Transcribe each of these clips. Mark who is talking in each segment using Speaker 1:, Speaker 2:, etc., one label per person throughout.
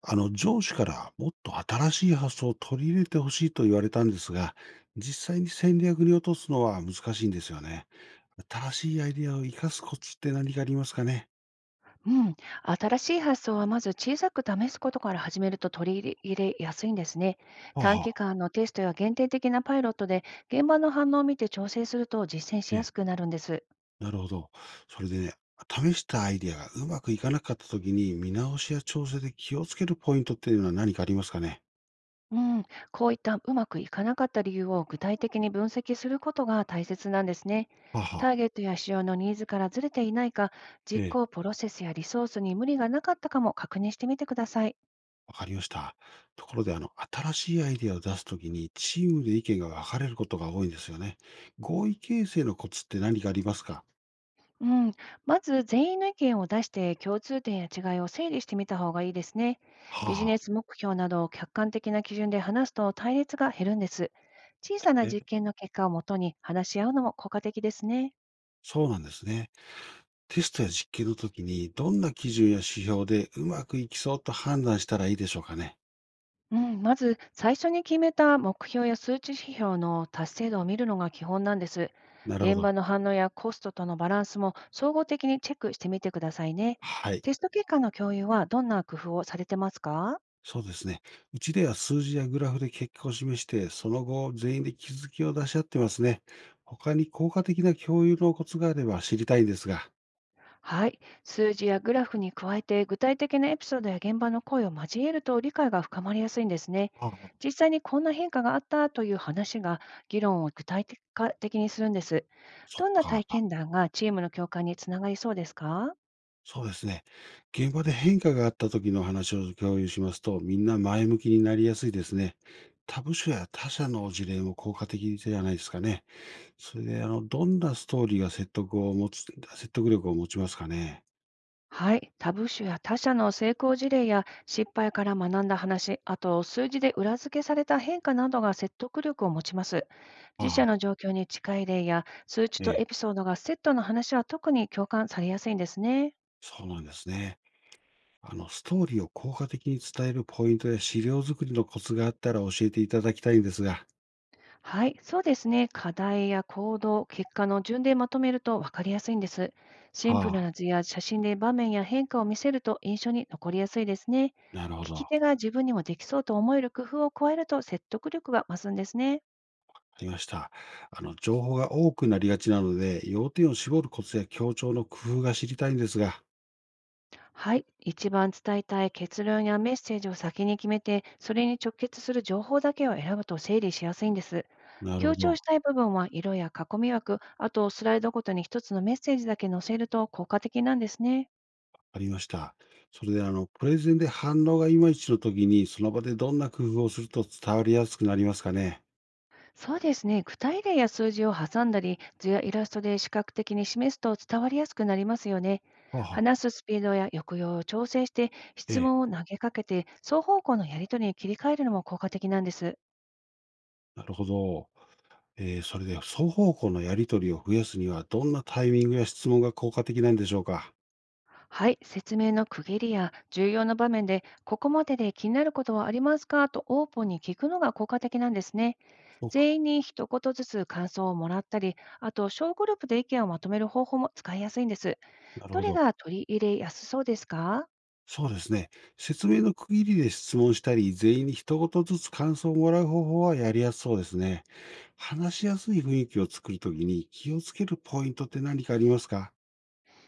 Speaker 1: 上司からもっと新しい発想を取り入れてほしいと言われたんですが、実際に戦略に落とすのは難しいんですよね。新しいアイデアを生かすコツって何かありますかね？
Speaker 2: うん、新しい発想はまず小さく試すことから始めると取り入れやすいんですね。
Speaker 1: はあ、
Speaker 2: 短
Speaker 1: は
Speaker 2: 期
Speaker 1: あ。
Speaker 2: 間のテストや限定的なパイロットで現場の反応を見て調整すると実践し
Speaker 1: え
Speaker 2: や
Speaker 1: え、
Speaker 2: すくなるんです。
Speaker 1: なるほど。それでね、試したアイデアがうまくいかなかった時に見直しや調整で気をつけるポイントっていうのは何かありますかね？
Speaker 2: うん、こういったうまくいかなかった理由を具体的に分析することが大切なんですね。
Speaker 1: はあ、は
Speaker 2: タ
Speaker 1: あ。
Speaker 2: ーゲットや市場のニーズからずれていないか、実
Speaker 1: ええ、
Speaker 2: 行プロセスやリソースに無理がなかったかも確認してみてください。
Speaker 1: わかりました。ところで、新しいアイデアを出すときに、チームで意見が分かれることが多いんですよね。合意形成のコツって何かありますか？
Speaker 2: うん、まず全員の意見を出して共通点や違いを整理してみた方がいいですね。
Speaker 1: はあ、
Speaker 2: ビジネ
Speaker 1: は。
Speaker 2: ス目標などを客観的な基準で話すと対立が減るんです。小さな実
Speaker 1: え、
Speaker 2: 験の結果をもとに話し合うのも効果的ですね。
Speaker 1: そうなんですね。テストや実験のときに、どんな基準や指標でうまくいきそうと判断したらいいでしょうかね。
Speaker 2: うん、まず最初に決めた目標や数値指標の達成度を見るのが基本なんです。
Speaker 1: なるほ
Speaker 2: 現
Speaker 1: ど。
Speaker 2: 場の反応やコストとのバランスも総合的にチェックしてみてくださいね。
Speaker 1: はい。
Speaker 2: テスト結果の共有はどんな工夫をされてますか？
Speaker 1: そうですね。うちでは数字やグラフで結果を示して、その後、全員で気づきを出し合ってますね。他に効果的な共有のコツがあれば知りたいんですが。
Speaker 2: はい。数字やグラフに加えて、具体的なエピソードや現場の声を交えると理解が深まりやすいんですね。
Speaker 1: ああ、
Speaker 2: 実際にこんな変化があったという話が、議論を具体的化的にするんです。
Speaker 1: そっ
Speaker 2: どんな体
Speaker 1: か。
Speaker 2: 験談がチームの共感につながりそうですか？
Speaker 1: そうですね。現場で変化があった時の話を共有しますと、みんな前向きになりやすいですね。他部署や他社の事例も効果的じゃないですかね。それで、どんなストーリーが説得を持つ、説得力を持ちますかね。
Speaker 2: はい、他部署や他社の成功事例や失敗から学んだ話、あと数字で裏付けされた変化などが説得力を持ちます。
Speaker 1: あ
Speaker 2: 自社の
Speaker 1: あ、
Speaker 2: 状況に近い例や数値
Speaker 1: え
Speaker 2: とエ
Speaker 1: え、
Speaker 2: ピソードがセットの話は特に共感されやすいんですね。
Speaker 1: そうなんですね。ストーリーを効果的に伝えるポイントや資料作りのコツがあったら教えていただきたいんですが。
Speaker 2: はい、そうですね。課題や行動、結果の順でまとめると分かりやすいんです。シンプ
Speaker 1: は
Speaker 2: ル
Speaker 1: あ、
Speaker 2: な図や写真で場面や変化を見せると印象に残りやすいですね。
Speaker 1: なるほ
Speaker 2: 聞き
Speaker 1: ど。
Speaker 2: 手が自分にもできそうと思える工夫を加えると説得力が増すんですね。
Speaker 1: ありました。情報が多くなりがちなので、要点を絞るコツや強調の工夫が知りたいんですが。
Speaker 2: はい。一番伝えたい結論やメッセージを先に決めて、それに直結する情報だけを選ぶと整理しやすいんです。
Speaker 1: なる
Speaker 2: 強
Speaker 1: ほ
Speaker 2: 調
Speaker 1: ど。
Speaker 2: したい部分は色や囲み枠、あとスライドごとに一つのメッセージだけ載せると効果的なんですね。
Speaker 1: ありました。それで、プレゼンで反応がいまいちの時に、その場でどんな工夫をすると伝わりやすくなりますかね。
Speaker 2: そうですね。具体例や数字を挟んだり、図やイラストで視覚的に示すと伝わりやすくなりますよね。
Speaker 1: はあは
Speaker 2: 話
Speaker 1: あ、
Speaker 2: すスピードや抑揚を調整して、
Speaker 1: え
Speaker 2: 質
Speaker 1: え、
Speaker 2: 問を投げかけて、双方向のやり取りに切り替えるのも効果的なんです。
Speaker 1: なるほど。それで、双方向のやりとりを増やすには、どんなタイミングや質問が効果的なんでしょうか。
Speaker 2: はい、説明の区切りや重要な場面で、ここまでで気になることはありますかとオープンに聞くのが効果的なんですね。
Speaker 1: そうか。
Speaker 2: 全員に一言ずつ感想をもらったり、あと小グループで意見をまとめる方法も使いやすいんです。
Speaker 1: なる
Speaker 2: ど
Speaker 1: ほ
Speaker 2: れ
Speaker 1: ど。
Speaker 2: が取り入れやすそうですか？
Speaker 1: そうですね。説明の区切りで質問したり、全員に一言ずつ感想をもらう方法はやりやすそうですね。話しやすい雰囲気を作るときに気をつけるポイントって何かありますか？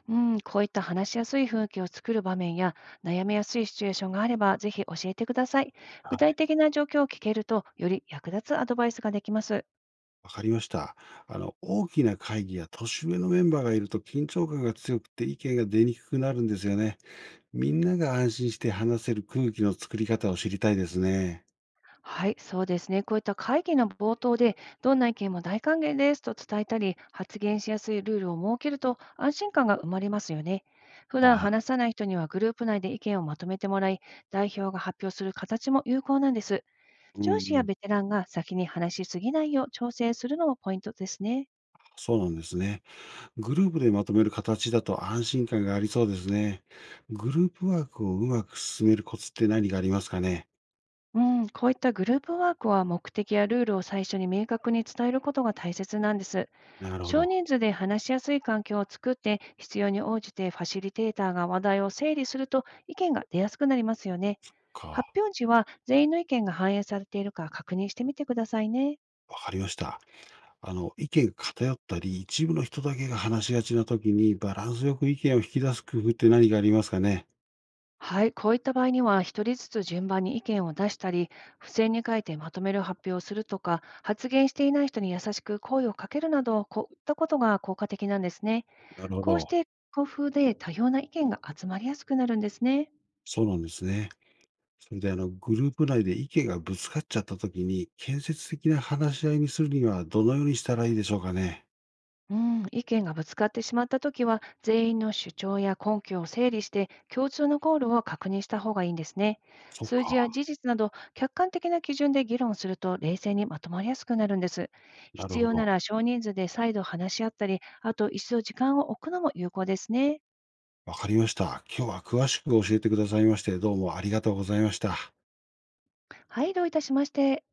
Speaker 2: うん、こういった話しやすい雰囲気を作る場面や悩みやすいシチュエーションがあれば、ぜひ教えてください。具
Speaker 1: は
Speaker 2: 体
Speaker 1: い。
Speaker 2: 的な状況を聞けると、より役立つアドバイスができます。
Speaker 1: わかりました。大きな会議や年上のメンバーがいると緊張感が強くて意見が出にくくなるんですよね。みんなが安心して話せる空気の作り方を知りたいですね。
Speaker 2: はい、そうですね。こういった会議の冒頭で、どんな意見も大歓迎ですと伝えたり、発言しやすいルールを設けると安心感が生まれますよね。普段
Speaker 1: あ、
Speaker 2: 話さない人にはグループ内で意見をまとめてもらい、代表が発表する形も有効なんです。
Speaker 1: うん
Speaker 2: 上司や
Speaker 1: うん、
Speaker 2: ベテランが先に話しすぎないよう調整するのもポイントですね。
Speaker 1: そうなんですね。グループでまとめる形だと安心感がありそうですね。グループワークをうまく進めるコツって何がありますかね？
Speaker 2: うん、こういったグループワークは目的やルールを最初に明確に伝えることが大切なんです。
Speaker 1: なるほ
Speaker 2: 少
Speaker 1: ど。
Speaker 2: 人数で話しやすい環境を作って、必要に応じてファシリテーターが話題を整理すると意見が出やすくなりますよね。
Speaker 1: か。
Speaker 2: 発表時は全員の意見が反映されているか確認してみてくださいね。
Speaker 1: わかりました。意見が偏ったり、一部の人だけが話しがちな時に、バランスよく意見を引き出す工夫って何がありますかね？
Speaker 2: はい、こういった場合には、一人ずつ順番に意見を出したり、付箋に書いてまとめる発表をするとか、発言していない人に優しく声をかけるなど、こういったことが効果的なんですね。
Speaker 1: なるほ
Speaker 2: こうし
Speaker 1: ど。
Speaker 2: て、交風で多様な意見が集まりやすくなるんですね。
Speaker 1: そうなんですね。それで、グループ内で意見がぶつかっちゃった時に、建設的な話し合いにするには、どのようにしたらいいでしょうかね？
Speaker 2: うん、意見がぶつかってしまったときは、全員の主張や根拠を整理して、共通のゴールを確認した方がいいんですね。
Speaker 1: そう
Speaker 2: 数字や
Speaker 1: か。
Speaker 2: 事実など、客観的な基準で議論すると、冷静にまとまりやすくなるんです。
Speaker 1: な
Speaker 2: 必
Speaker 1: るほ
Speaker 2: 要な
Speaker 1: ど。
Speaker 2: ら少人数で再度話し合ったり、あと一度時間を置くのも有効ですね。
Speaker 1: わかりました。今日は詳しく教えてくださいまして、どうもありがとうございました。
Speaker 2: はい、どういたしまして。